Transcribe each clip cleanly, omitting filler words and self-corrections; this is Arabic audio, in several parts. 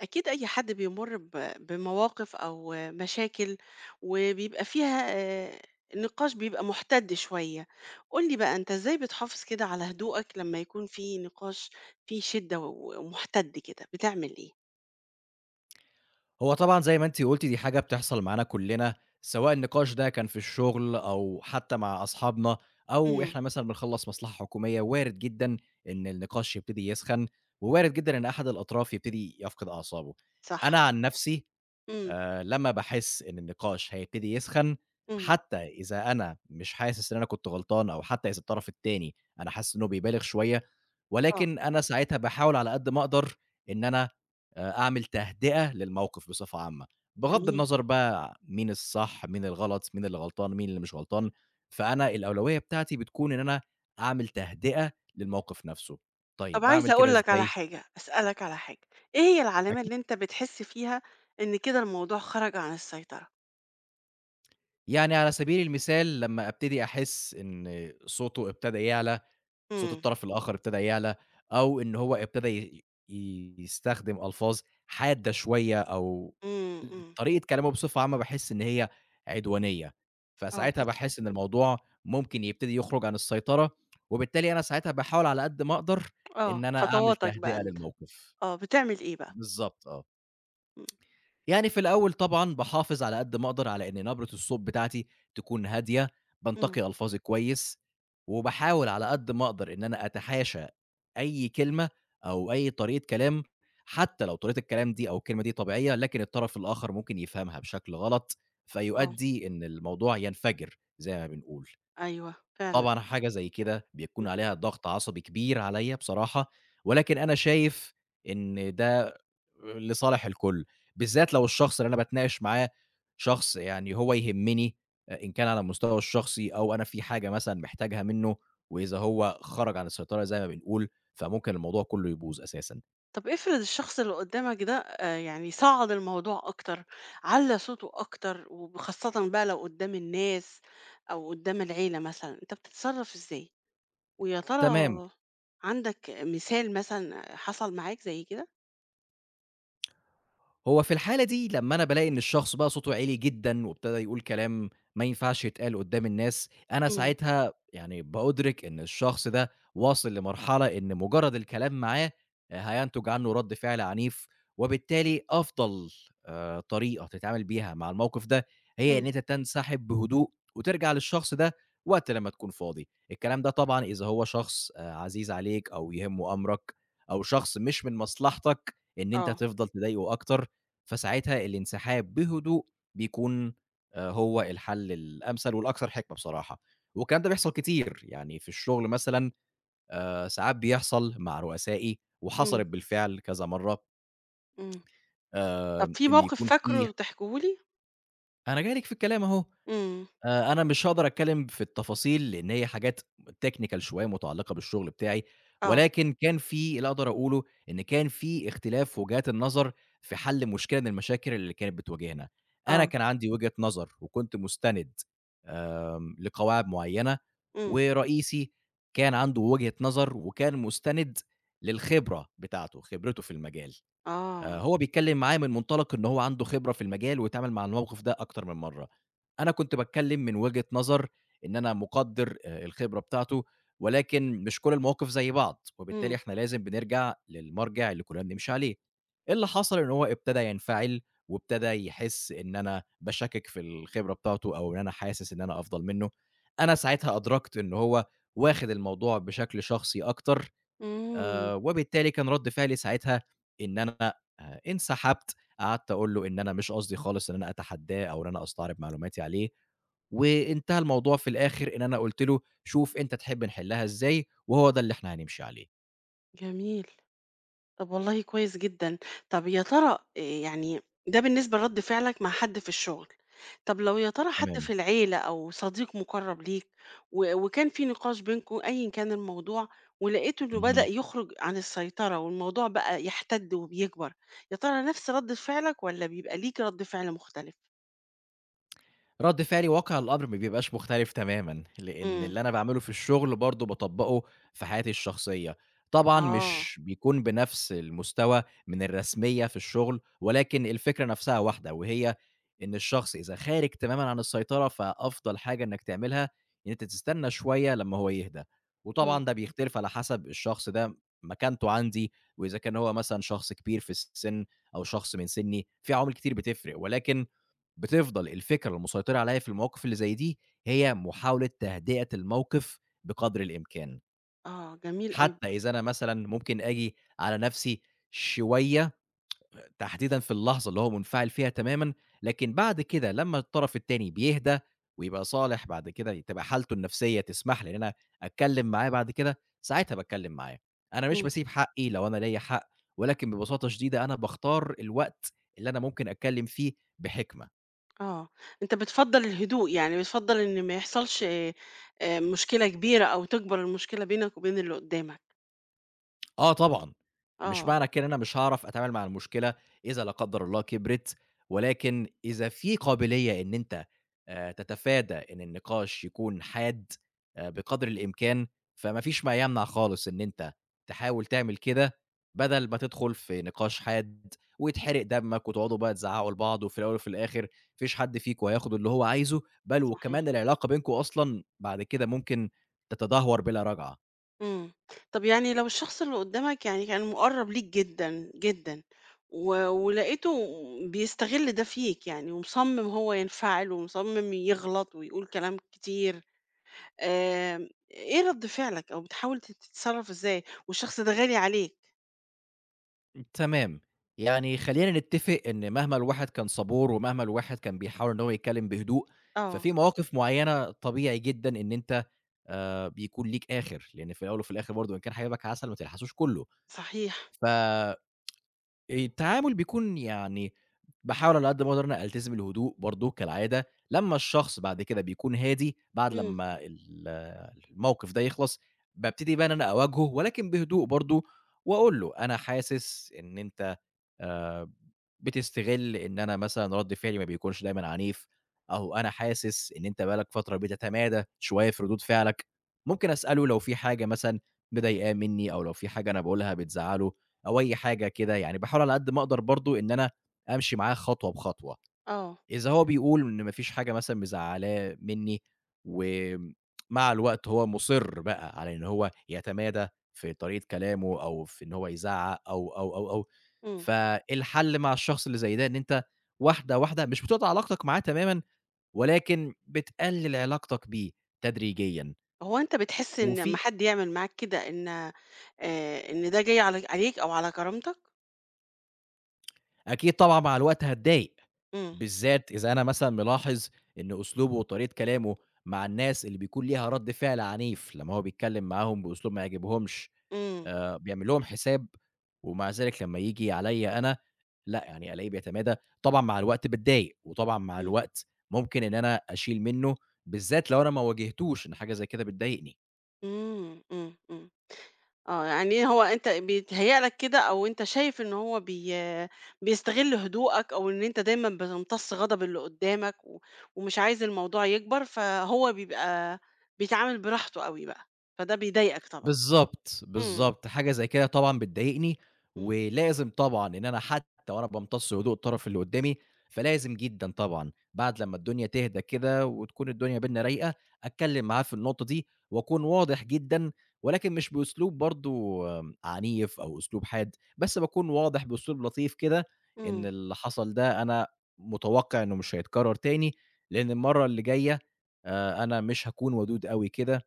أكيد أي حد بيمر بمواقف أو مشاكل وبيبقى فيها آه، النقاش بيبقى محتد شوية قولي بقى أنت إزاي بتحافظ كده على هدوءك لما يكون في نقاش فيه شدة ومحتد كده بتعمل إيه؟ هو طبعًا زي ما أنتِ قُلتِ دي حاجة بتحصل معانا كلّنا، سواء النقاش ده كان في الشغل أو حتى مع أصحابنا، أو امم إحنا مثلًا بنخلّص مصلحة حكومية، وارد جدًا إن النقاش يبتدي يسخن، ووارد جدًا إن أحد الأطراف يبتدي يفقد أعصابه. صح أنا عن نفسي امم لمّا باحس إن النقاش هيبتدي يسخن، امم حتى إذا أنا مش حاسس إن أنا كنت غلطان أو حتى إذا الطرف التاني أنا حاسس إنه بيبالغ شوية، اه ولكن أنا ساعتها باحاول على قد ما أقدر إن أنا أعمل تهدئة للموقف بصفة عامة، بغض جميل النظر بقى مين الصح، مين الغلط، مين اللي غلطان، مين اللي مش غلطان، فأنا الأولوية بتاعتي بتكون إن أنا أعمل تهدئة للموقف نفسه. طب طيب عايزة باعمل كده أقول لك على إزاي؟ حاجة أسألك على حاجة إيه هي العلامة اللي أنت بتحس فيها إن كده الموضوع خرج عن السيطرة؟ يعني على سبيل المثال لمّا أبتدي أحس إن صوته ابتدى يعلى، صوت امم الطرف الآخر ابتدى يعلى، أو إن هو ابتدى يستخدم ألفاظ حادة شوية أو امم امم طريقة كلامه بصفة عامة باحس إن هي عدوانية، اه فساعتها بت... باحس إن الموضوع ممكن يبتدي يخرج عن السيطرة، وبالتالي أنا ساعتها باحاول على قد ما أقدر اه إن أنا أعمل خطواتك بقى تهدئة أنت للموقف. اه بتعمل ايه بقى بالضبط آه. إمم، يعني في الأول طبعًا باحافظ على قد ما أقدر على إن نبرة الصوت بتاعتي تكون هادية، إمم، بانتقي ألفاظي كويس، وباحاول على قد ما أقدر إن أنا أتحاشى أي كلمة أو أي طريقة كلام، حتى لو طريقة الكلام دي أو الكلمة دي طبيعية، لكن الطرف الآخر ممكن يفهمها بشكل غلط، آه، فيؤدي إن الموضوع ينفجر زي ما بنقول. أيوه فعلًا، طبعًا حاجة زي كده بيكون إمم، عليها ضغط عصبي كبير عليَّ بصراحة، ولكن أنا شايف إن ده لصالح الكل، بالذات لو الشخص اللي أنا باتناقش معاه شخص يعني هو يهمني إن كان على المستوى الشخصي أو أنا في حاجة مثلًا محتاجها منه، وإذا هو خرج عن السيطرة زي ما بنقول، فممكن الموضوع كله يبوظ أساسًا. طَب افرض الشخص اللي قدّامك ده يعني صعّد الموضوع أكتر، علّى صوته أكتر، وخاصةً بقى لو قدّام الناس أو قدّام العيلة مثلًا، أنت بتتصرّف إزاي؟ ويا تمام. ترى عندك مثال مثلًا حصل معاك زي كده؟ هو في الحالة دي لمّا أنا بالاقي إن الشخص بقى صوته عِلِي جدًا وابتدى يقول كلام ما ينفعش يتقال قدّام الناس، أنا إمم، ساعتها يعني بأُدرِك إن الشخص ده واصل لمرحلة إن مجرد الكلام معاه هينتج عنه رَد فعل عنيف، وبالتالي أفضل طريقة تتعامل بيها مع الموقف ده، هي إن إمم، أنت تنسحب بهدوء وترجع للشخص ده وقت لمّا تكون فاضي. الكلام ده طبعًا إذا هو شخص عزيز عليك أو يهمه أمرك أو شخص مش من مصلحتك إن أنت آه، تفضل تضايقه أكتر، فساعتها الانسحاب بهدوء بيكون هو الحل الأمثل والأكثر حكمة بصراحة. والكلام ده بيحصل كتير، يعني في الشغل مثلًا ساعات بيحصل مع رؤسائي إمم، وحصلت بالفعل كذا مرّة إمم، طَب في إن موقف يكون في فاكره تحكيه لي؟ أنا جاي لِك في الكلام أهو، إمم، أنا مش هاقدر أتكلّم في التفاصيل، لإن هي حاجات technical شوية متعلّقة بالشغل بتاعي، آه، ولكن كان في اللي أقدر أقوله إن كان في اختلاف وجهات النظر في حل مشكلة من المشاكل اللي كانت بتواجهنا. آه، أنا كان عندي وجهة نظر وكنت مُستند لقواعد معيّنة، إمم، ورئيسي كان عنده وجهة نظر وكان مُستند للخبرة بتاعته، خبرته في المجال. آه، هو بيتكلّم معايا من منطلق إن هو عنده خبرة في المجال واتعامل مع الموقف ده أكتر من مرّة. أنا كنت باتكلّم من وجهة نظر إن أنا مُقدّر الخبرة بتاعته، ولكن مش كل المواقف زي بعض، إمم، وبالتالي إحنا لازم بنرجع للمرجع اللي كُلّنا بنمشي عليه. إيه اللي حصل إن هو ابتدى ينفعل وابتدى يحس إن أنا باشاكك في الخبرة بتاعته أو إن أنا حاسس إن أنا أفضل منّه. أنا ساعتها أدركت إن هو واخِد الموضوع بشكل شخصي أكتر إمم، وبالتالي كان رَد فعلي ساعتها إن أنا انسحبت، قعدت أقول له إن أنا مش قصدي خالص إن أنا أتحدّاه أو إن أنا أستعرض معلوماتي عليه، وانتهى الموضوع في الآخِر إن أنا قُلت له: "شوف أنت تحب نحلّها إزاي وهو ده اللي إحنا هنمشي عليه." جميل. طب والله كويس جدًا. طب يا ترى يعني ده بالنسبة لرَد فعلك مع حد في الشغل. طب لو يا ترى حد تمام. في العيلة أو صديق مُقرّب ليك و وكان في نقاش بينكم أيًا كان الموضوع ولقيتوا إنه بدأ اهم. يخرج عن السيطرة والموضوع بقى يحتد وبيكبر، يا ترى نفس رَد فعلك والّا بيبقى ليك رَد فعل مختلف؟ رد فعلي واقع الأمر ما بيبقاش مختلف تمامًا، لإن إمم. اللي أنا باعمله في الشغل برضه باطبّقه في حياتي الشخصية. طبعًا آه. مش بيكون بنفس المستوى من الرسمية في الشغل، ولكن الفكرة نفسها واحدة، وهي إن الشخص إذا خارج تمامًا عن السيطرة، فأفضل حاجة إنك تعملها إن أنت تستنى شوية لمّا هو يهدى، إمم. وطبعًا ده بيختلف على حسب الشخص ده مكانته عندي، وإذا كان هو مثلًا شخص كبير في السن أو شخص من سني، في عوامل كتير بتفرق، ولكن بتفضل الفكرة المسيطرة عليَّ في المواقف اللي زي دي، هي محاولة تهدئة الموقف بقدر الإمكان، آه، جميل أوي. حتى إذا أنا مثلًا ممكن آجي على نفسي شوية تحديدًا في اللحظة اللي هو منفعل فيها تمامًا، لكن بعد كده لمّا الطرف التاني بيهدى ويبقى صالح بعد كده تبقى حالته النفسية تسمح لي إن أنا أتكلم معاه بعد كده، ساعتها باتكلم معاه. أنا مش إمم. باسيب حقي لو أنا ليّا حق، ولكن ببساطة شديدة أنا باختار الوقت اللي أنا ممكن أتكلم فيه بحكمة. آه، أنت بتفضّل الهدوء، يعني بتفضّل إن ما يحصلش مشكلة كبيرة أو تكبر المشكلة بينك وبين اللي قدّامك، آه طبعًا، مش آه، معنى كده إن أنا مش هاعرف أتعامل مع المشكلة إذا لا قدّر الله كبرت، ولكن إذا في قابلية إن أنت تتفادى إن النقاش يكون حاد بقدر الإمكان، فما فيش ما يمنع خالص إن أنت تحاول تعمل كده، بدل ما تدخل في نقاش حاد ويتحرق دمك وتقعدوا بقى تزعّقوا لبعض، وفي الأول وفي الآخر ما فيش حد فيكم هياخد اللي هو عايزه، بل صحيح، وكمان العلاقة بينكم أصلًا بعد كده ممكن تتدهور بلا رجعة. إمم، طب يعني لو الشخص اللي قدّامك يعني كان مُقرّب ليك جدًا، جدًا و ولقيته بيستغل ده فيك يعني ومصمّم هو ينفعل ومصمّم يغلط ويقول كلام كتير، آمم، إيه رَد فعلك أو بتحاول تتصرّف إزاي والشخص ده غالي عليك؟ تمام. يعني خلّينا نتّفق إن مهما الواحد كان صبور، ومهما الواحد كان بيحاول إن هو يتكلّم بهدوء، آه، ففي مواقف معيّنة طبيعي جدًا إن أنت بيكون ليك آخِر، لإن في الأول وفي الآخِر برضه إن كان حبيبك عسل ما تلحسوش كُلّه. صحيح، ف التعامل بيكون يعني باحاول على قد ما أقدر إن أنا ألتزم الهدوء برضه كالعادة، لمّا الشخص بعد كده بيكون هادي، بعد إمم، لمّا الموقف ده يخلص، بابتدي بقى إن أنا أواجهه ولكن بهدوء برضه وأقول له: "أنا حاسس إن أنت" آآ بتستغل إن أنا مثلًا رَد فعلي ما بيكونش دايمًا عنيف، أو أنا حاسس إن أنت بقى لك فترة بتتمادى شوية في ردود فعلك، ممكن أسأله لو في حاجة مثلًا مضايقاه منّي أو لو في حاجة أنا باقولها بتزعّله أو أي حاجة كده، يعني باحاول على قد ما أقدر برضه إن أنا أمشي معاه خطوة بخطوة. آه، إذا هو بيقول إن ما فيش حاجة مثلًا مزعّلاه منّي، ومع الوقت هو مُصِر بقى على إن هو يتمادى في طريقة كلامه أو في إن هو يزعّق أو، إمم. فالحل مع الشخص اللي زي ده إن أنت واحدة، واحدة مش بتقطع علاقتك معاه تمامًا، ولكن بتقلل علاقتك بيه تدريجيًا. هو أنت بتحس إن أمّا وفي حد يعمل معاك كده إن إن ده جاي على عليك أو على كرامتك؟ أكيد طبعًا مع الوقت هاتضايق، إمم، بالذات إذا أنا مثلًا ملاحظ إن أسلوبه وطريقة كلامه مع الناس اللي بيكون ليها رَد فعل عنيف، لمّا هو بيتكلم معاهم بأسلوب ما يعجبهمش، إمم، بيعمل لهم حساب، ومع ذلك لمّا ييجي عليّا أنا لأ، يعني ألاقيه بيتمادى، طبعًا مع الوقت باتضايق، وطبعًا مع إمم، الوقت ممكن إن أنا أشيل منه، بالذات لو أنا ما واجهتوش إن حاجة زي كده بتضايقني. إمم، إمم، إمم، آه، يعني هو أنت بيتهيأ لك كده أو أنت شايف إن هو بيستغل هدوءك أو إن أنت دايمًا بتمتص غضب اللي قدّامك ومش عايز الموضوع يكبر، فهو بيبقى بيتعامل براحته أوي بقى، فده بيضايقك طبعًا. بالضبط، إمم، بالضبط، حاجة زي كده طبعًا بتضايقني، إمم، ولازم طبعًا إن أنا حتى وأنا بامتص هدوء الطرف اللي قدّامي، فلازم جدًا طبعًا بعد لمّا الدنيا تهدى كده وتكون الدنيا بيننا رايقة، أتكلّم معاه في النقطة دي وأكون واضح جدًا، ولكن مش بأسلوب برضه عنيف أو أسلوب حاد، بس باكون واضح بأسلوب لطيف كده إن إمم. اللي حصل ده أنا متوقع إنه مش هيتكرر تاني، لإن المرّة اللي جاية أنا مش هاكون ودود أوي كده.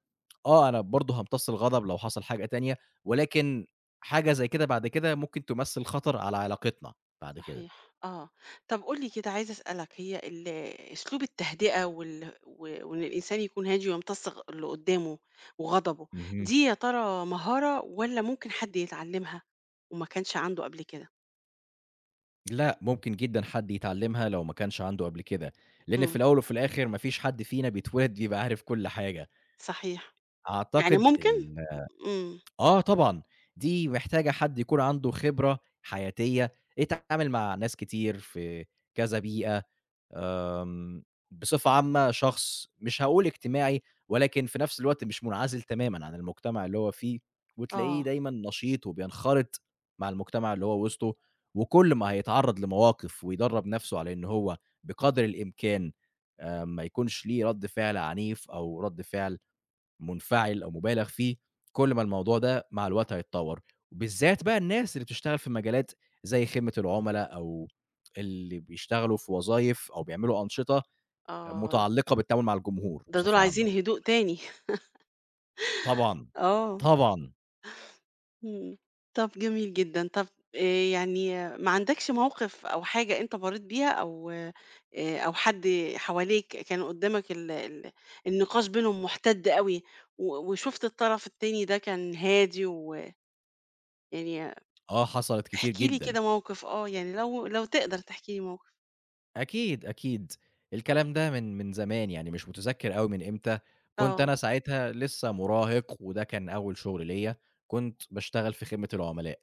آه، أنا برضه هامتص الغضب لو حصل حاجة تانية، ولكن حاجة زي كده بعد كده ممكن تمثّل خطر على علاقتنا بعد كده. صحيح آه. طب قُل لي كده عايزة أسألك هي أسلوب التهدئة و وإن الإنسان يكون هادي ويمتص اللي قدّامه وغضبه، اهم. دي يا ترى مهارة والّا ممكن حد يتعلّمها وما كانش عنده قبل كده؟ لأ، ممكن جدًا حد يتعلّمها لو ما كانش عنده قبل كده، لإن في إمم، الأول وفي الآخر ما فيش حد فينا بيتولد بيبقى عارف كل حاجة. صحيح. يعني أعتقد ممكن؟ ال إمم، آه طبعًا، دي محتاجة حد يكون عنده خبرة حياتية، اتعامل مع ناس كتير في كذا بيئة. آمم، بصفة عامة شخص مش هاقول اجتماعي، ولكن في نفس الوقت مش منعزل تمامًا عن المجتمع اللي هو فيه، وتلاقيه آه، دايمًا نشيط وبينخرط مع المجتمع اللي هو وسطه، وكل ما هيتعرض لمواقف ويدرب نفسه على إن هو بقدر الإمكان ما يكونش ليه رد فعل عنيف أو رد فعل منفعل أو مُبالغ فيه، كل ما الموضوع ده مع الوقت هيتطوّر، وبالذات بقى الناس اللي بتشتغل في مجالات زي خدمة العُملا أو اللي بيشتغلوا في وظايف أو بيعملوا أنشطة آه. متعلّقة بالتعامل مع الجمهور ده دول بصفة عايزين عامة. هدوء تاني. طبعًا، آه، طبعًا، إمم. طب جميل جدًا. طب يعني آه، ما عندكش موقف أو حاجة أنت مرّيت بيها أو أو حد حواليك كان قدّامك ال النقاش بينهم مُحتَد أوي و وشُفت الطرف التاني ده كان هادي ويعني آه حصلت كتير احكِ لي جدًا، كده موقِف آه، يعني لو تقدر تحكي لي موقِف؟ أكيد، أكيد. الكلام ده من زمان، يعني مش متذكّر أوي من إمتى، كنت آه، أنا ساعتها لسّه مراهق وده كان أول شُغل ليّا، كنت باشتغل في خدمة العُملا.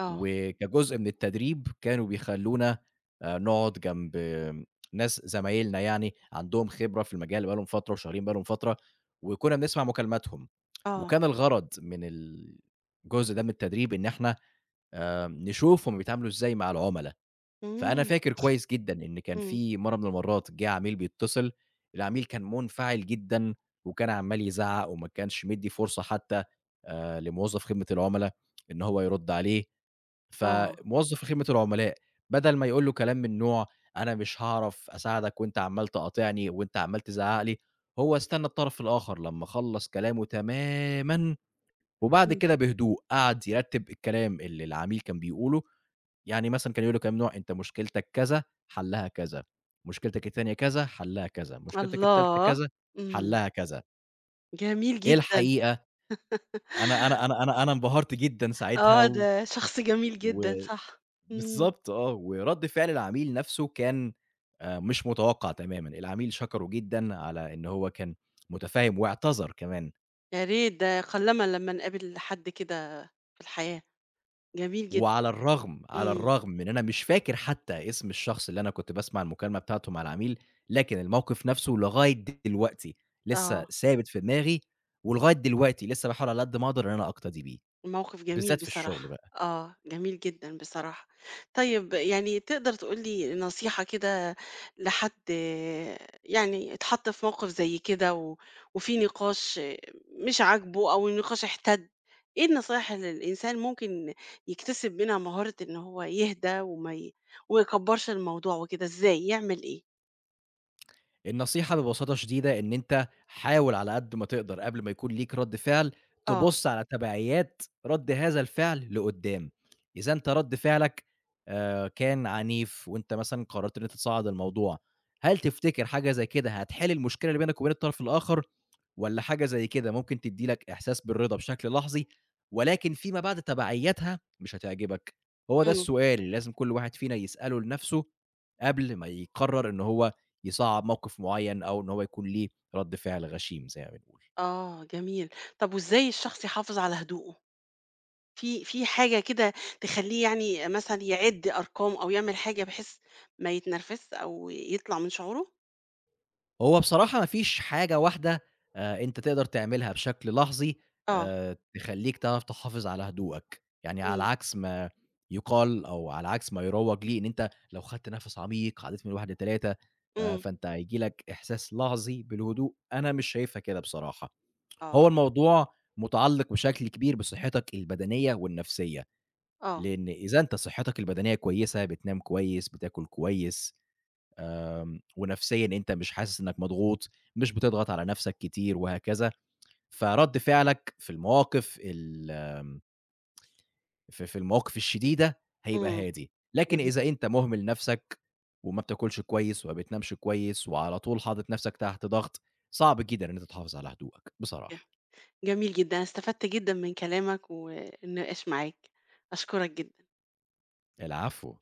آه، وكجزء من التدريب كانوا بيخلّونا نقعد جنب ناس زمايلنا يعني عندهم خبرة في المجال بقى لهم فترة وشغالين بقى لهم فترة، وكنا بنسمع مكالماتهم، آه، وكان الغرض من الجزء ده من التدريب إن إحنا نشوف هُم بيتعاملوا إزاي مع العُملا، فأنا إمم، فاكر كويس جدًا إن كان إمم، في مرّة من المرّات جِه عميل بيتصل، العميل كان منفعل جدًا وكان عمّال يزعّق وما كانش مدّي فرصة حتى لموظف خدمة العُملا إن هو يرُد عليه، آه، فموظّف خدمة العملاء بدل ما يقول له كلام من نوع أنا مش هاعرف أساعدك وأنت عمّال تقاطعني وأنت عمّال تزعّق لي، هو استنى الطرف الآخر لمّا خلّص كلامه تمامًا وبعد إمم، كده بهدوء قعد يرتّب الكلام اللي العميل كان بيقوله، يعني مثلًا كان يقول له كلام من نوع أنت مشكلتك كذا، حلّها كذا، مشكلتك التانية كذا، حلّها كذا، مشكلتك التالتة الله! كذا، إمم، حلّها كذا. جميل ايه جدًا، الحقيقة أنا انبهرت جدًا ساعتها آه، و ده شخص جميل و جدًا صح، إمم، بالضبط آه، ورد فعل العميل نَفْسه كان مش متوقّع تمامًا، العميل شكره جدًا على إن هو كان مُتفهِّم واعتذر كمان، يا ريت ده قلّما لمّا نقابل حد كده في الحياة، جميل جدًا، وعلى الرغم على إمم، الرغم من أنا مش فاكر حتى اسم الشخص اللي أنا كنت باسمع المكالمة بتاعته مع العميل، لكن الموقِف نَفْسه لغاية دلوقتي لسه آه. ثابت في دماغي، ولغاية دلوقتي لسه باحاول على قد ما أقدر إن أنا أقتدي بيه، موقف جميل بالذات في الشغل بصراحة، بقى. آه، جميل جدًا بصراحة. طيب يعني تقدر تقول لي نصيحة كده لحد يعني اتحط في موقف زي كده وفي نقاش مش عاجبه أو النقاش احتد، إيه النصايح اللي الإنسان ممكن يكتسب منها مهارة إن هو يهدى وما يكبّرش الموضوع وكده، إزاي، يعمل إيه؟ النصيحة ببساطة شديدة إن أنت حاول على قد ما تقدر قبل ما يكون ليك رد فعل، آه، تبُص على تبعيات رد هذا الفعل لقدّام، إذا أنت رد فعلك كان عنيف وأنت مثلًا قررت إن أنت تصعّد الموضوع، هل تفتكر حاجة زي كده هتحل المشكلة اللي بينك وبين الطرف الآخر، والّا حاجة زي كده ممكن تدّي لك إحساس بالرضا بشكل لحظي، ولكن فيما بعد تبعياتها مش هتعجبك؟ هو ده إمم، السؤال اللي لازم كل واحد فينا يسأله لنفسه قبل ما يقرر إن هو يصعّب موقف معيّن أو إن هو يكون ليه رَد فعل غشيم زي ما بنقول. آه، جميل. طب وإزاي الشخص يحافظ على هدوءه؟ في حاجة كده تخلّيه يعني مثلًا يعِد أرقام أو يعمل حاجة بحيث ما يتنرفزش أو يطلع من شعوره؟ هو بصراحة ما فيش حاجة واحدة أنت تقدر تعملها بشكل لحظي آه، تخلّيك تعرف تحافظ على هدوءك، يعني على إمم، عكس ما يُقال أو على عكس ما يروّج ليه إن أنت لو خدت نَفَس عميق عدّيت من 1 ل3 إمم، فأنت هييجي لك إحساس لحظي بالهدوء، أنا مش شايفها كده بصراحة. هو آه، الموضوع مُتعلّق بشكل كبير بصحّتك البدنية والنفسية. آه، لإن إذا أنت صحتك البدنية كويسة، بتنام كويس، بتاكل كويس، ونفسيًا أنت مش حاسس إنك مضغوط، مش بتضغط على نفسك كتير وهكذا، فرَد فعلك في المواقف الشديدة هيبقى إمم، هادي، لكن جميل إذا أنت مهمل نفسك وما بتاكلش كويس وما بتنامش كويس وعلى طول حاطط نفسك تحت ضغط، صعب جدًا إن أنت تحافظ على هدوءك ج بصراحة. جميل جدًا، أنا استفدت جدًا من كلامك والنقاش معاك، أشكرك جدًا. العفو.